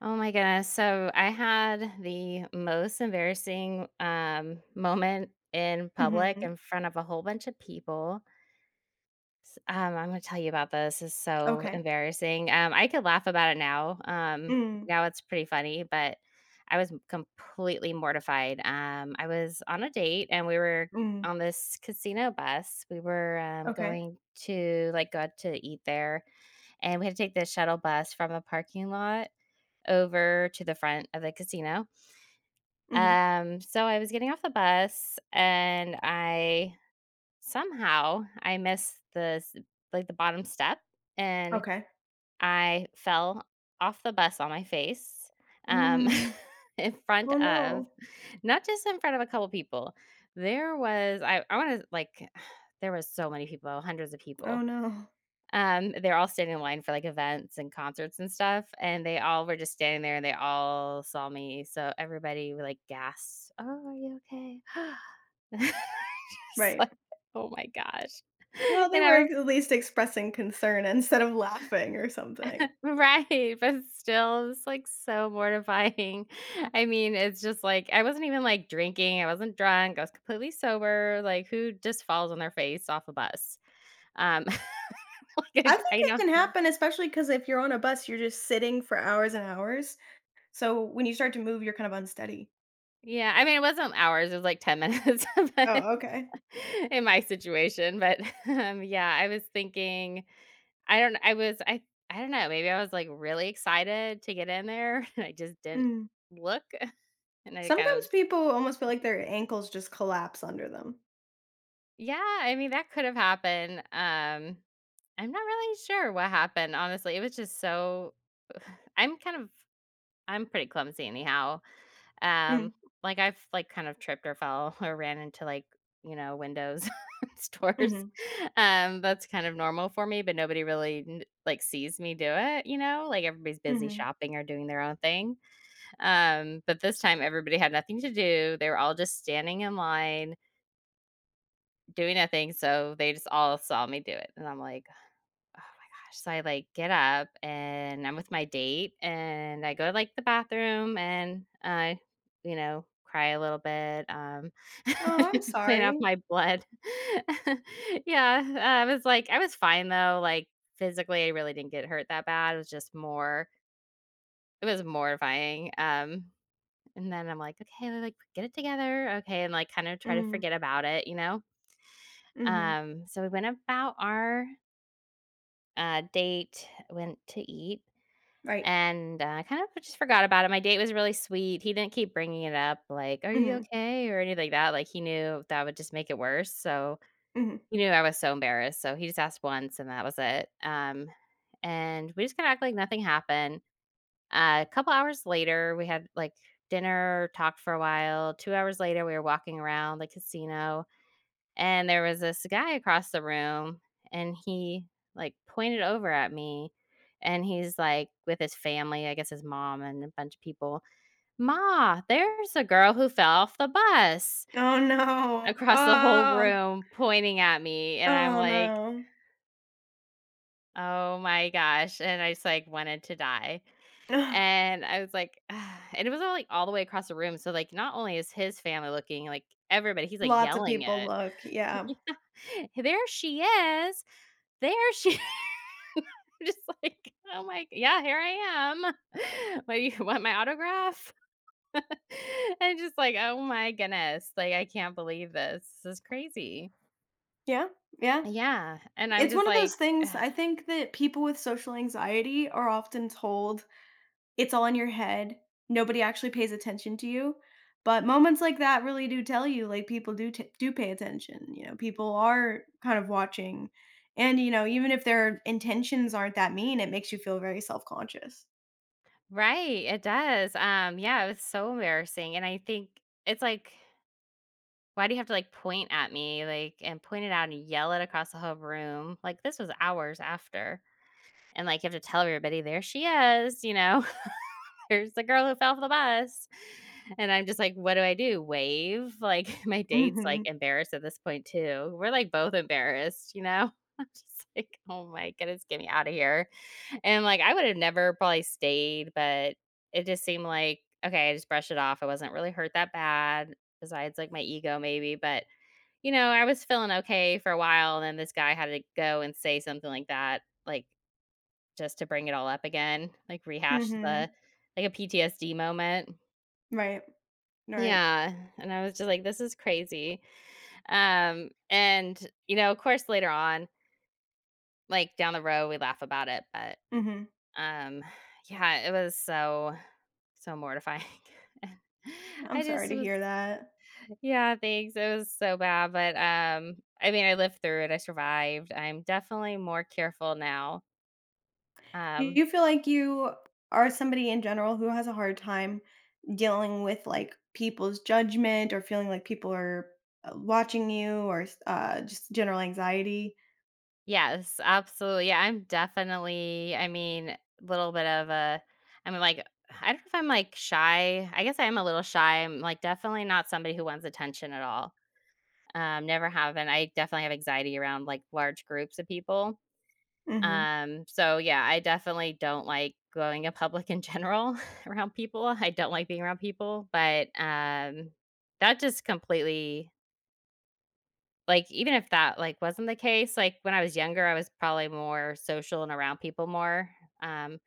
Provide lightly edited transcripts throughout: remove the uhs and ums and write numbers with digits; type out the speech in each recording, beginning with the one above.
Oh my goodness. So I had the most embarrassing moment in public Mhm. in front of a whole bunch of people. I'm going to tell you about this. It's so Okay. embarrassing. I could laugh about it now. Mm, Now it's pretty funny, but I was completely mortified. I was on a date and we were mm, on this casino bus. We were okay. going to like go out to eat there, and we had to take the shuttle bus from a parking lot over to the front of the casino. Mhm. So I was getting off the bus and I somehow I missed the like the bottom step, and Okay. I fell off the bus on my face um, Mm. in Oh, front of no. not just in front of a couple people. There was I want to like there was so many people, hundreds of Oh, people. no. They're all standing in line for, like, events and concerts and stuff, and they all were just standing there, and they all saw me, so everybody were, like, gasped, "Oh, are you okay?" Just Right. like, "Oh my gosh." Well, they And were I was at least expressing concern instead of laughing or something. right, but still, it's, like, so mortifying. I mean, it's just, like, I wasn't even, like, drinking, I wasn't drunk, I was completely sober, like, who just falls on their face off a bus? Um, I like, think I it can know. happen, especially because if you're on a bus, you're just sitting for hours and hours, so when you start to move, you're kind of unsteady. Yeah, I mean, it wasn't hours, it was like 10 minutes, but Oh, okay. in my situation, but, yeah, I was thinking I don't I was I I don't know, maybe I was, like, really excited to get in there, and I just didn't Mm. look, and I kind Sometimes of people almost feel like their ankles just collapse under them. Yeah, I mean, that could have happened, I'm not really sure what happened, honestly, it was just so I'm kind of I'm pretty clumsy anyhow. Um, Mm, like I've like kind of tripped or fell or ran into like, you know, windows stores. mhm, That's kind of normal for me, but nobody really like sees me do it, you know? Like everybody's busy mhm. shopping or doing their own thing. But this time everybody had nothing to do. They were all just standing in line doing nothing, so they just all saw me do it. And I'm like, oh my gosh. So I like get up and I'm with my date and I go to like the bathroom and I, you know, cry a little bit, Oh, I'm clean off sorry. my blood. Yeah. I was like, I was fine though. Like physically, I really didn't get hurt that bad. It was just more, it was mortifying. And then I'm like, okay, like, get it together. Okay. And like kind of try to Mm, forget about it, you know? mhm. So we went about our date, went to eat. Right. And, I kind of just forgot about it. My date was really sweet. He didn't keep bringing it up, like, "Are you Mhm, okay?" or anything like that. Like, he knew that would just make it worse, so mhm. he knew I was so embarrassed, so he just asked once, and that was it. And we just kinda act like nothing happened. A couple hours later, we had, like, dinner, talked for a while. 2 hours later, we were walking around the casino. And there was this guy across the room, and he, like, pointed over at me, and he's, like, with his family, I guess his mom and a bunch of people, "Ma, there's a girl who fell off the bus," Oh, no. across the whole Oh. room pointing at me, and I'm Oh, like, no. "Oh my gosh," and I just, like, wanted to die, Ugh. and I was like, and it was all, like, all the way across the room, so, like, not only is his family looking, like, everybody he's, like, Lots of yelling people it. look, yeah. Yeah. "There she is. There she I'm just like, "Oh my yeah, here I am. What do you want my autograph?" And just like, "Oh my goodness, like, I can't believe this. This is crazy." Yeah, yeah. Yeah, and I'm It's just one of like those ugh, things, I think, that people with social anxiety are often told, "It's all in your head, nobody actually pays attention to you," but moments like that really do tell you, like, people do pay attention, you know, people are kind of watching, and, you know, even if their intentions aren't that mean, it makes you feel very self-conscious. right, it does, yeah, it was so embarrassing, and I think it's like, why do you have to, like, point at me, like, and point it out and yell it across the whole room? Like, this was hours after, and, like, you have to tell everybody, "There she is," you know? Here's the girl who fell off the bus. And I'm just like, what do I do? Wave? Like my date's like Mhm, embarrassed at this point too. We're like both embarrassed, you know? I'm just like, oh my goodness, get me out of here. And like I would have never probably stayed, but it just seemed like, okay, I just brushed it off. I wasn't really hurt that bad, besides like my ego maybe. But you know, I was feeling okay for a while, and then this guy had to go and say something like that. Like just to bring it all up again, like, rehash the mhm. like, a PTSD moment. Right, right. Yeah, and I was just like, "This is crazy." And, you know, of course, later on, like, down the road, we laugh about it, but, Mhm. um, yeah, it was so, so mortifying. And I'm I sorry just to was hear that. yeah, thanks, it was so bad, but, I mean, I lived through it, I survived. I'm definitely more careful now, Do um you feel like you are somebody in general who has a hard time dealing with like people's judgment or feeling like people are watching you or just general anxiety? yes, absolutely. Yeah, I'm definitely I mean, little bit of a I'm like I don't know if I'm like shy. I guess I am a little shy. I'm like definitely not somebody who wants attention at all. Never have, and I definitely have anxiety around like large groups of people. Mhm. So yeah, I definitely don't like going in public in general around people. I don't like being around people, but that just completely like, even if that, like, wasn't the case, like, when I was younger, I was probably more social and around people more, um,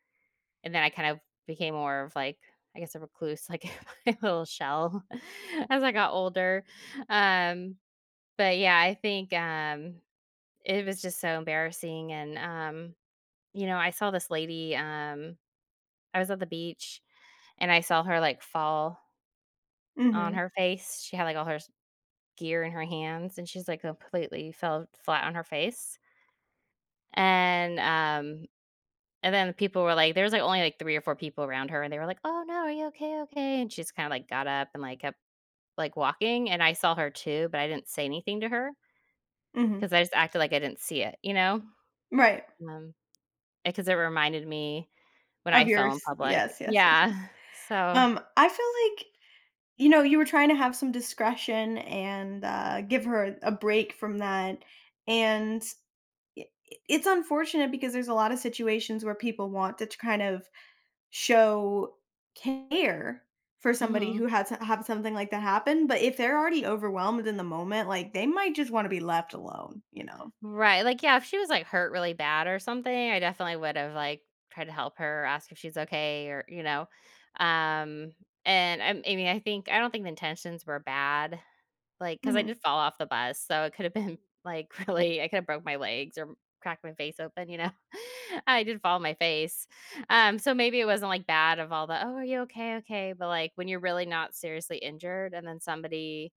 and then I kind of became more of, like, I guess, a recluse, like, my little shell as I got older, um, but, yeah, I think, it was just so embarrassing, and, you know, I saw this lady, I was at the beach, and I saw her, like, fall on Mhm. her face, she had, like, all her s gear in her hands, and she's, like, completely fell flat on her face. And, um, and then people were like there was, like, only, like, 3 or 4 people around her, and they were like, "Oh, no. Are you okay? Okay." And she just kinda, like, got up and, like, kept, like, walking, and I saw her too, but I didn't say anything to her Mhm. because I just acted like I didn't see it, you know? Right. Um, 'Cause it reminded me when Of I fell in yours. public. Yes, yes, yes. Yeah. So I feel like, you know, you were trying to have some discretion and give her a break from that, and i- it's unfortunate because there's a lot of situations where people want to kind of show care for somebody mhm. who has have something like that happen, but if they're already overwhelmed in the moment, like, they might just wanna be left alone, you know? Right, like, yeah, if she was, like, hurt really bad or something, I definitely would have, like, tried to help her, ask if she's okay or you know? Um, and, I mean, I think I don't think the intentions were bad, like because I Mhm. did fall off the bus, so it could have been, like, really I could have broke my legs or cracked my face open, you know? I did fall on my face. So maybe it wasn't, like, bad of all the, "Oh, are you okay? Okay," but, like, when you're really not seriously injured and then somebody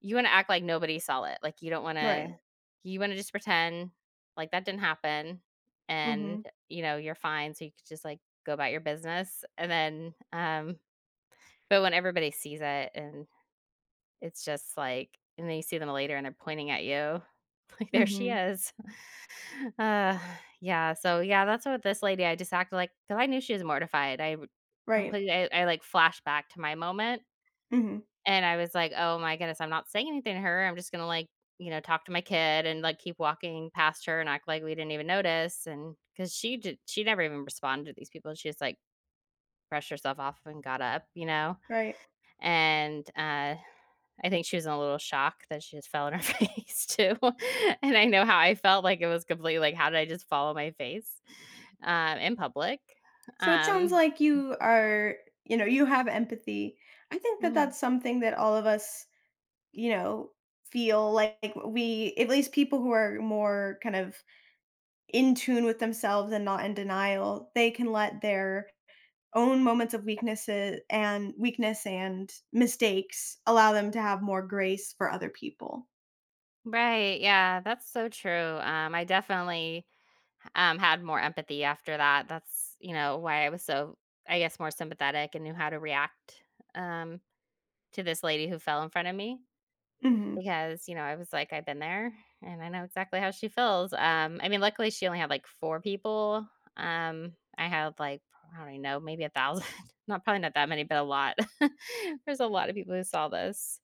you wanna act like nobody saw it, like, you don't Right. wanna you wanna just pretend like that didn't happen and, Mhm. you know, you're fine, so you could just, like, go about your business, and then, but when everybody sees it and it's just like and then you see them later and they're pointing at you, like, "There she Mhm. is." Uh, yeah, so, yeah, that's what this lady I just acted like 'cause I knew she was mortified, Right. completely I, like, flashed back to my moment, Mhm. and I was like, "Oh my goodness, I'm not saying anything to her. I'm just gonna like, you know, talk to my kid and like keep walking past her and act like we didn't even notice." And because she did, she never even responded to these people. She just like brushed herself off and got up, you know. Right. And I think she was in a little shock that she just fell on her face too. And I know how I felt like it was completely like, how did I just fall on my face in public? So it sounds Um, like you are, you know, you have empathy. I think that mhm. that's something that all of us, you know, feel like, we at least people who are more kind of in tune with themselves and not in denial, they can let their own moments of weaknesses and weakness and mistakes allow them to have more grace for other people. Right. Yeah, that's so true. I definitely had more empathy after that. That's, you know, why I was so, I guess, more sympathetic and knew how to react um, to this lady who fell in front of me Mhm. because, you know, I was like, I've been there and I know exactly how she feels. I mean, luckily she only had like 4 people. I had like, I don't even know, maybe 1,000, not probably not that many, but a lot. There's a lot of people who saw this.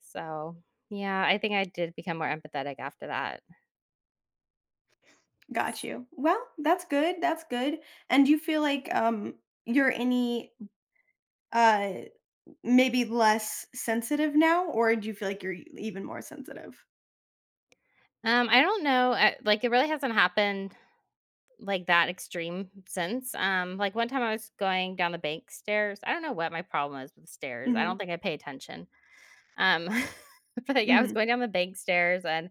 So, yeah, I think I did become more empathetic after that. Got you. Well, that's good, that's good. And do you feel like, you're any, uh, maybe less sensitive now, or do you feel like you're e even more sensitive? I don't know. I, like, it really hasn't happened like that extreme sense. Like one time I was going down the bank stairs. I don't know what my problem is with stairs. I don't Mhm, think I pay attention. Um, but yeah, I was mhm, going down the bank stairs and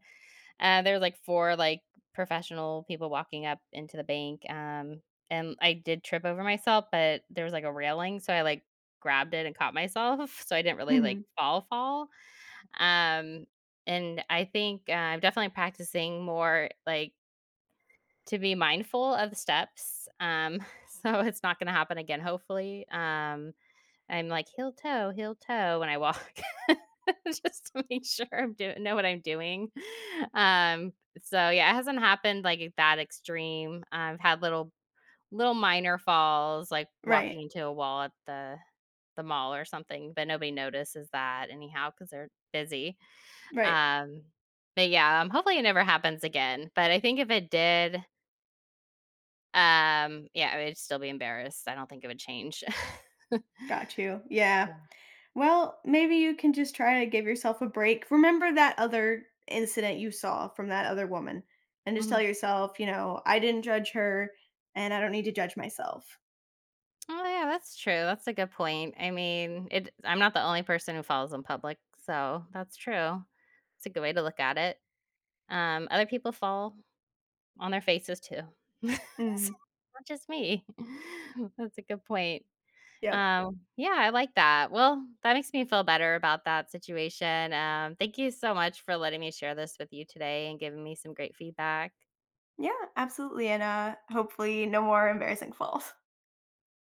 there was like 4 like professional people walking up into the bank. And I did trip over myself, but there was like a railing, so I like grabbed it and caught myself, so I didn't really like mhm. fall fall. Um, and I think I'm definitely practicing more like to be mindful of the steps. So it's not going to happen again, hopefully. I'm like heel toe when I walk, just to make sure I'm doing know what I'm doing. Um, so yeah, it hasn't happened like that extreme. I've had little minor falls, like Right, walking into a wall at the mall or something, but nobody notices that anyhow because they're busy. right. Um, but yeah, hopefully it never happens again. But I think if it did, yeah, I would still be embarrassed. I don't think it would change. Got you, yeah. Yeah. Well, maybe you can just try to give yourself a break. Remember that other incident you saw from that other woman, and just tell Mhm. yourself, you know, I didn't judge her, and I don't need to judge myself. Oh, yeah, that's true. That's a good point. I mean, it I'm not the only person who falls in public, so that's true. It's a good way to look at it. Other people fall on their faces too. So, Mm, not just me. That's a good point. yep. Yeah, I like that. Well, that makes me feel better about that situation. Thank you so much for letting me share this with you today and giving me some great feedback. Yeah, absolutely. And hopefully no more embarrassing falls.